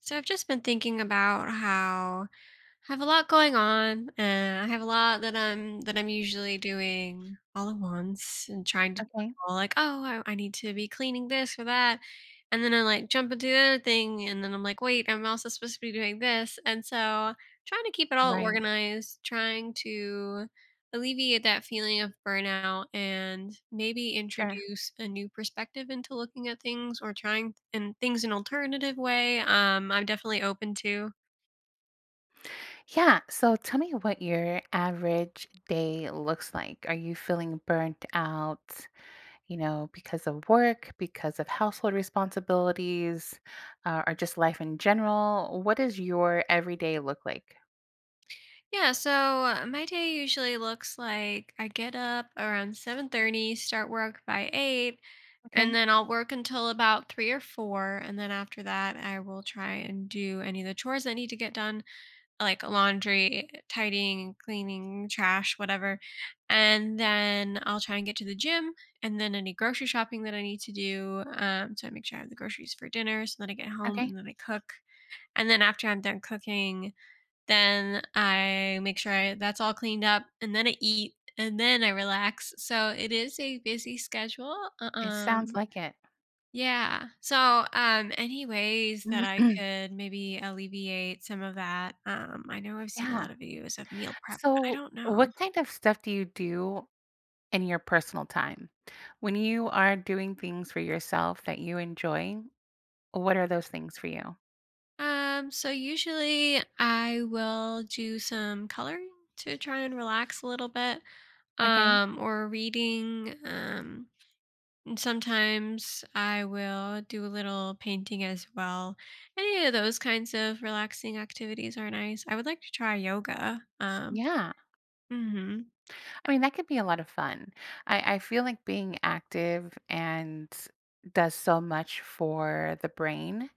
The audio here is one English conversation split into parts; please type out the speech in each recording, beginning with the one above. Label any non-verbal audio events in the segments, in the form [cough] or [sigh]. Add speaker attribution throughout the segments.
Speaker 1: So I've just been thinking about how I have a lot going on, and I have a lot that I'm usually doing all at once and trying to do
Speaker 2: Okay.
Speaker 1: it all like, oh, I need to be cleaning this or that. And then I like jump into the other thing and then I'm like, wait, I'm also supposed to be doing this. And so trying to keep it all
Speaker 2: Right.
Speaker 1: organized, trying to alleviate that feeling of burnout and maybe
Speaker 2: Sure.
Speaker 1: introduce a new perspective into looking at things or trying and things an alternative way. I'm definitely open to.
Speaker 2: Yeah. So tell me what your average day looks like. Are you feeling burnt out, because of work, because of household responsibilities, or just life in general? What does your everyday look like?
Speaker 1: Yeah, so my day usually looks like I get up around 7:30, start work by 8, and
Speaker 2: Okay.
Speaker 1: then I'll work until about 3 or 4, and then after that I will try and do any of the chores that need to get done, like laundry, tidying, cleaning, trash, whatever. And then I'll try and get to the gym and then any grocery shopping that I need to do. So I make sure I have the groceries for dinner, so then I get home
Speaker 2: Okay.
Speaker 1: and then I cook. And then after I'm done cooking, then I make sure I that's all cleaned up, and then I eat, and then I relax. So it is a busy schedule.
Speaker 2: It sounds like it.
Speaker 1: Yeah. So, any ways that I
Speaker 2: [clears throat]
Speaker 1: could maybe alleviate some of that? I know I've seen a
Speaker 2: Yeah.
Speaker 1: lot of videos of meal prep, but I
Speaker 2: So,
Speaker 1: don't know.
Speaker 2: what kind of stuff do you do in your personal time? When you are doing things for yourself that you enjoy, what are those things for you?
Speaker 1: So usually I will do some coloring to try and relax a little bit,
Speaker 2: Okay.
Speaker 1: or reading. And sometimes I will do a little painting as well. Any of those kinds of relaxing activities are nice. I would like to try yoga.
Speaker 2: Yeah.
Speaker 1: hmm
Speaker 2: I mean, that could be a lot of fun. I feel like being active and does so much for the brain.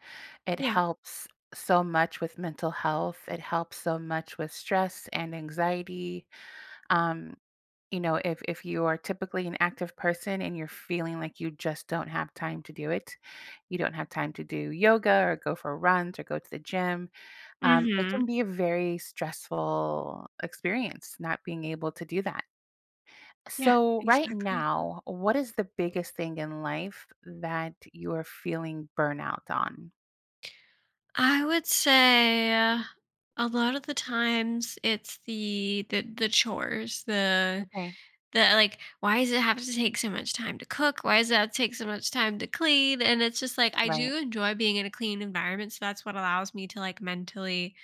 Speaker 2: It
Speaker 1: Yeah.
Speaker 2: helps so much with mental health. It helps so much with stress and anxiety. Um, if you are typically an active person and you're feeling like you just don't have time to do it, you don't have time to do yoga or go for runs or go to the gym. It
Speaker 1: Hmm.
Speaker 2: can be a very stressful experience not being able to do that.
Speaker 1: Yeah,
Speaker 2: So, right
Speaker 1: exactly.
Speaker 2: now, what is the biggest thing in life that you are feeling burnout on?
Speaker 1: I would say a lot of the times it's the chores, the.
Speaker 2: Okay.
Speaker 1: That like, why does it have to take so much time to cook? Why does it have to take so much time to clean? And it's just like I
Speaker 2: Right.
Speaker 1: do enjoy being in a clean environment, so that's what allows me to like mentally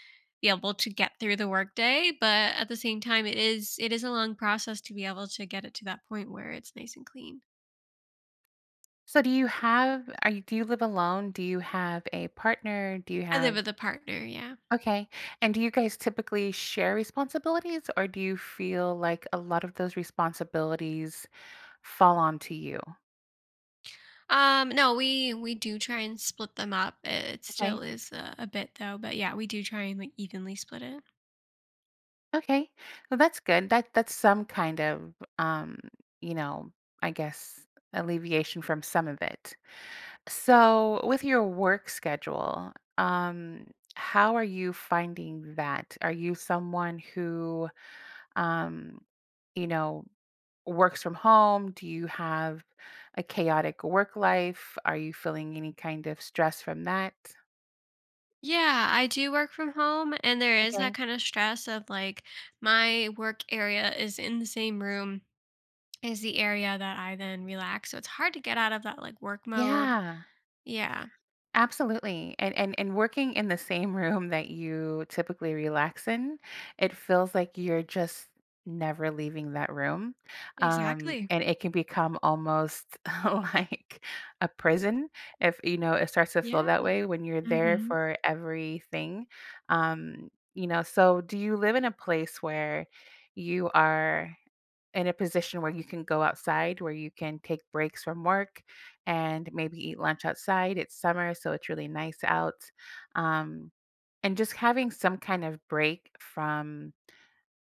Speaker 1: be able to get through the workday. But at the same time, it is a long process to be able to get it to that point where it's nice and clean.
Speaker 2: So, do you have, are you, do you live alone? Do you have a partner? Do you
Speaker 1: I live
Speaker 2: have?
Speaker 1: with a partner, yeah.
Speaker 2: Okay. And do you guys typically share responsibilities or do you feel like a lot of those responsibilities fall onto you?
Speaker 1: No, we do try and split them up. It
Speaker 2: Okay.
Speaker 1: still is a bit though, but yeah, we do try and like evenly split it.
Speaker 2: Okay. Well, that's good. That's some kind of, you know, I guess alleviation from some of it. So, with your work schedule, how are you finding that? Are you someone who, um, you know, works from home? Do you have a chaotic work life? Are you feeling any kind of stress from that?
Speaker 1: Yeah, I do work from home, and there is
Speaker 2: Okay.
Speaker 1: that kind of stress of like my work area is in the same room as the area that I then relax. So it's hard to get out of that like work mode.
Speaker 2: Yeah.
Speaker 1: Yeah,
Speaker 2: Absolutely. And working in the same room that you typically relax in, it feels like you're just never leaving that room. Um,
Speaker 1: exactly.
Speaker 2: and it can become almost [laughs] like a prison if you know it starts to feel
Speaker 1: Yeah.
Speaker 2: that way when you're there
Speaker 1: Hmm.
Speaker 2: for everything. So do you live in a place where you are in a position where you can go outside, where you can take breaks from work and maybe eat lunch outside? It's summer, so it's really nice out. Um, and just having some kind of break from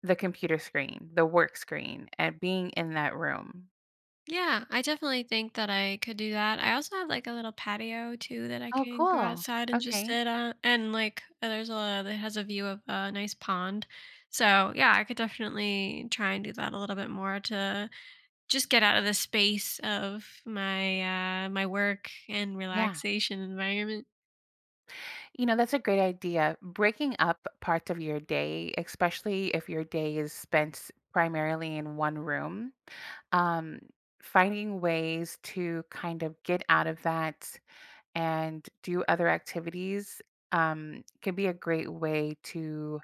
Speaker 2: the computer screen, the work screen, and being in that room.
Speaker 1: Yeah, I definitely think that I could do that. I also have like a little patio too that I
Speaker 2: Oh,
Speaker 1: can go
Speaker 2: cool.
Speaker 1: outside and just
Speaker 2: Okay.
Speaker 1: sit on, and like there's a that has a view of a nice pond. So yeah, I could definitely try and do that a little bit more to just get out of the space of my my work and
Speaker 2: Yeah.
Speaker 1: relaxation environment.
Speaker 2: That's a great idea. Breaking up parts of your day, especially if your day is spent primarily in one room, um, finding ways to kind of get out of that and do other activities can be a great way to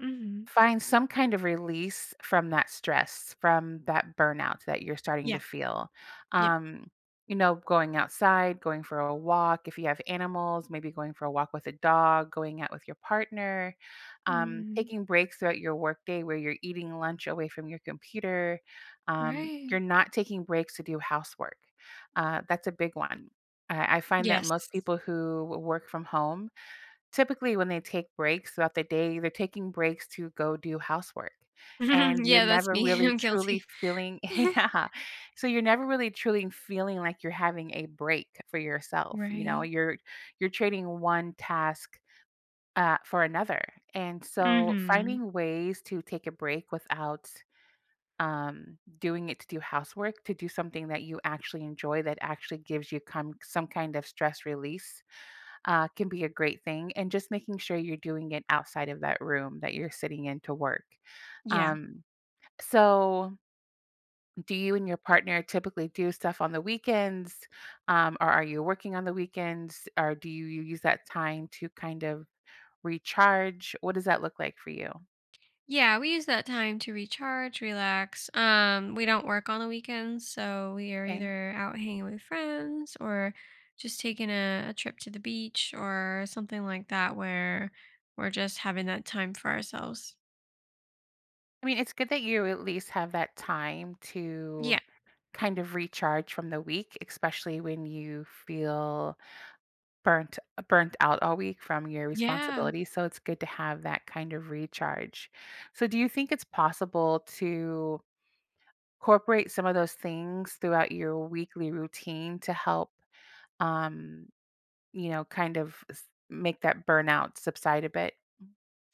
Speaker 1: Mhm.
Speaker 2: find some kind of release from that stress, from that burnout that you're starting to
Speaker 1: Yeah.
Speaker 2: feel.
Speaker 1: Yeah.
Speaker 2: Um, going outside, going for a walk. If you have animals, maybe going for a walk with a dog, going out with your partner,
Speaker 1: Mhm.
Speaker 2: taking breaks throughout your workday where you're eating lunch away from your computer.
Speaker 1: Right.
Speaker 2: You're not taking breaks to do housework. That's a big one. I find that
Speaker 1: Yes.
Speaker 2: most people who work from home typically, when they take breaks throughout the day, they're taking breaks to go do housework, and
Speaker 1: [laughs]
Speaker 2: you're
Speaker 1: Yeah, that's
Speaker 2: never
Speaker 1: me. [laughs]
Speaker 2: really
Speaker 1: I'm
Speaker 2: truly
Speaker 1: guilty.
Speaker 2: feeling. [laughs]
Speaker 1: [laughs]
Speaker 2: Yeah. So you're never really truly feeling like you're having a break for yourself, you know?
Speaker 1: Right.
Speaker 2: You're trading one task, for another, and so
Speaker 1: Mhm.
Speaker 2: finding ways to take a break without, doing it to do housework, to do something that you actually enjoy that actually gives you come some kind of stress release can be a great thing. And just making sure you're doing it outside of that room that you're sitting in to work.
Speaker 1: Yeah.
Speaker 2: Um, so, do you and your partner typically do stuff on the weekends? Or are you working on the weekends? Or do you use that time to kind of recharge? What does that look like for you?
Speaker 1: Yeah, we use that time to recharge, relax. We don't work on the weekends, so we are
Speaker 2: Okay.
Speaker 1: either out hanging with friends or just taking a trip to the beach or something like that where we're just having that time for ourselves.
Speaker 2: I mean, it's good that you at least have that time to
Speaker 1: Yeah.
Speaker 2: kind of recharge from the week, especially when you feel burnt out all week from your
Speaker 1: Yeah.
Speaker 2: responsibilities, so it's good to have that kind of recharge. So do you think it's possible to incorporate some of those things throughout your weekly routine to help, um, kind of make that burnout subside a bit?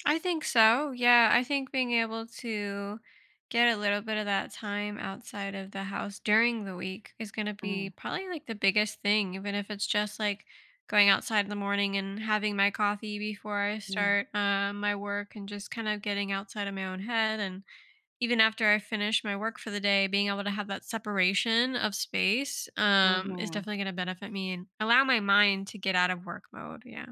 Speaker 1: I think so. Yeah. I think being able to get a little bit of that time outside of the house during the week is going to be
Speaker 2: Mm,
Speaker 1: probably like the biggest thing, even if it's just like going outside in the morning and having my coffee before I
Speaker 2: mm,
Speaker 1: start my work and just kind of getting outside of my own head. And even after I finish my work for the day, being able to have that separation of space is
Speaker 2: mhm.
Speaker 1: definitely going to benefit me and allow my mind to get out of work mode. Yeah.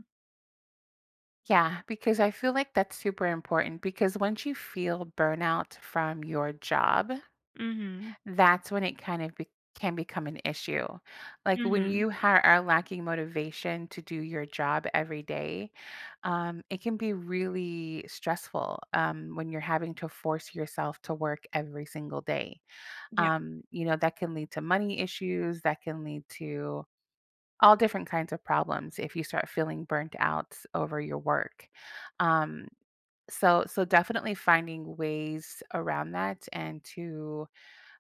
Speaker 2: Yeah, because I feel like that's super important because once you feel burnout from your job,
Speaker 1: Mm hmm.
Speaker 2: that's when it kind of be can become an issue. Like,
Speaker 1: Mm
Speaker 2: when you
Speaker 1: hmm.
Speaker 2: ha are lacking motivation to do your job every day, it can be really stressful, when you're having to force yourself to work every single day.
Speaker 1: Yeah.
Speaker 2: That can lead to money issues, that can lead to all different kinds of problems if you start feeling burnt out over your work. Um, so definitely finding ways around that and to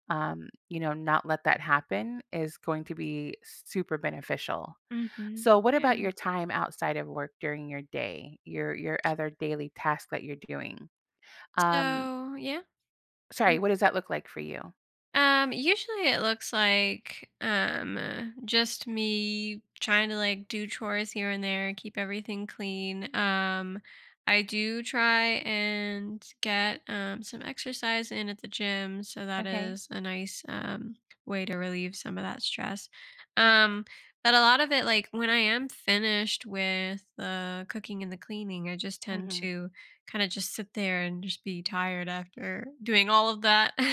Speaker 2: not let that happen is going to be super beneficial.
Speaker 1: Hmm.
Speaker 2: So, what about your
Speaker 1: Yeah.
Speaker 2: time outside of work during your day? Your other daily tasks that you're doing. Um,
Speaker 1: So yeah.
Speaker 2: Sorry, what does that look like for you?
Speaker 1: Usually it looks like just me trying to like do chores here and there, keep everything clean. I do try and get some exercise in at the gym, so that
Speaker 2: Okay.
Speaker 1: is a nice way to relieve some of that stress. Um, but a lot of it, like when I am finished with the cooking and the cleaning, I just tend
Speaker 2: Hmm.
Speaker 1: to kind of just sit there and just be tired after doing all of that. [laughs]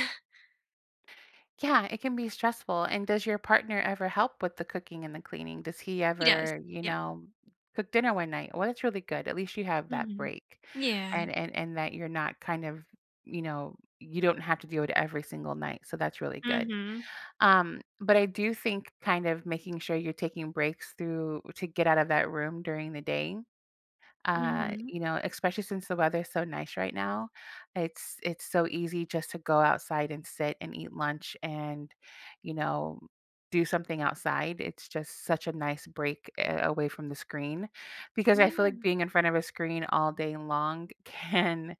Speaker 2: Yeah, it can be stressful. And does your partner ever help with the cooking and the cleaning? Does he
Speaker 1: He does.
Speaker 2: ever,
Speaker 1: Yeah.
Speaker 2: cook dinner one night? Well, that's really good. At least you have that
Speaker 1: Mhm.
Speaker 2: break,
Speaker 1: Yeah.
Speaker 2: and that you're not kind of, you don't have to do it every single night. So that's really good.
Speaker 1: Mhm.
Speaker 2: But I do think kind of making sure you're taking breaks through to get out of that room during the day.
Speaker 1: Mhm.
Speaker 2: Especially since the weather's so nice right now, it's so easy just to go outside and sit and eat lunch and, you know, do something outside. It's just such a nice break away from the screen, because I feel like
Speaker 1: Yeah.
Speaker 2: being in front of a screen all day long [laughs] can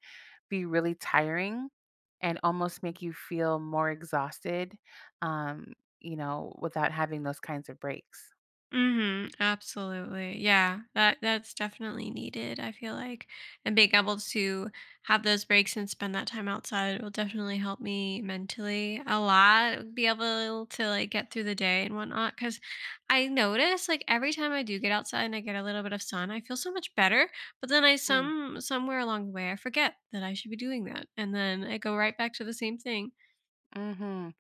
Speaker 2: be really tiring and almost make you feel more exhausted, um, without having those kinds of breaks.
Speaker 1: Mhm. Absolutely. Yeah. That's definitely needed, I feel like. And being able to have those breaks and spend that time outside will definitely help me mentally a lot. Be able to like get through the day and whatnot. Cause I notice like every time I do get outside and I get a little bit of sun, I feel so much better. But then I
Speaker 2: Mm,
Speaker 1: some somewhere along the way I forget that I should be doing that. And then I go right back to the same thing.
Speaker 2: mhm.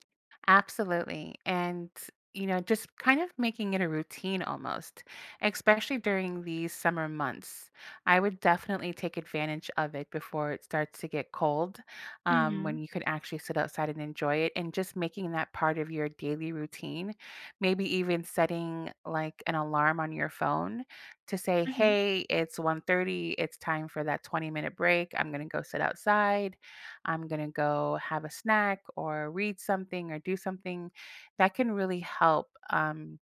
Speaker 2: Absolutely. And, just kind of making it a routine almost, especially during these summer months. I would definitely take advantage of it before it starts to get cold, when
Speaker 1: Mhm.
Speaker 2: you can actually sit outside and enjoy it. And just making that part of your daily routine, maybe even setting like an alarm on your phone to say,
Speaker 1: Mhm.
Speaker 2: hey, it's 1:30; it's time for that 20-minute break. I'm going to go sit outside. I'm going to go have a snack or read something or do something that can really help um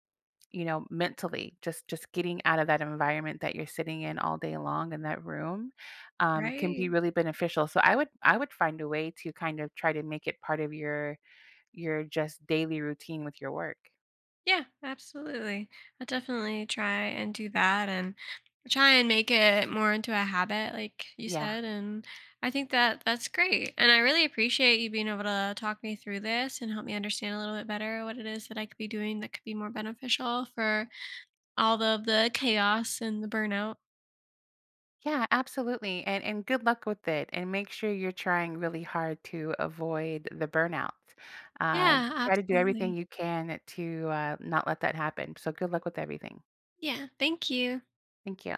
Speaker 2: you know mentally just getting out of that environment that you're sitting in all day long in that room can
Speaker 1: Right.
Speaker 2: be really beneficial. So I would find a way to kind of try to make it part of your just daily routine with your work.
Speaker 1: Yeah, absolutely. I'll definitely try and do that and try and make it more into a habit, like you
Speaker 2: Yeah.
Speaker 1: said. And I think that's great. And I really appreciate you being able to talk me through this and help me understand a little bit better what it is that I could be doing that could be more beneficial for all of the chaos and the burnout.
Speaker 2: Yeah, absolutely. And good luck with it. And make sure you're trying really hard to avoid the burnout. Uh,
Speaker 1: Yeah,
Speaker 2: Try to do everything
Speaker 1: absolutely.
Speaker 2: you can to not let that happen. So good luck with everything.
Speaker 1: Yeah. Thank you.
Speaker 2: Thank you.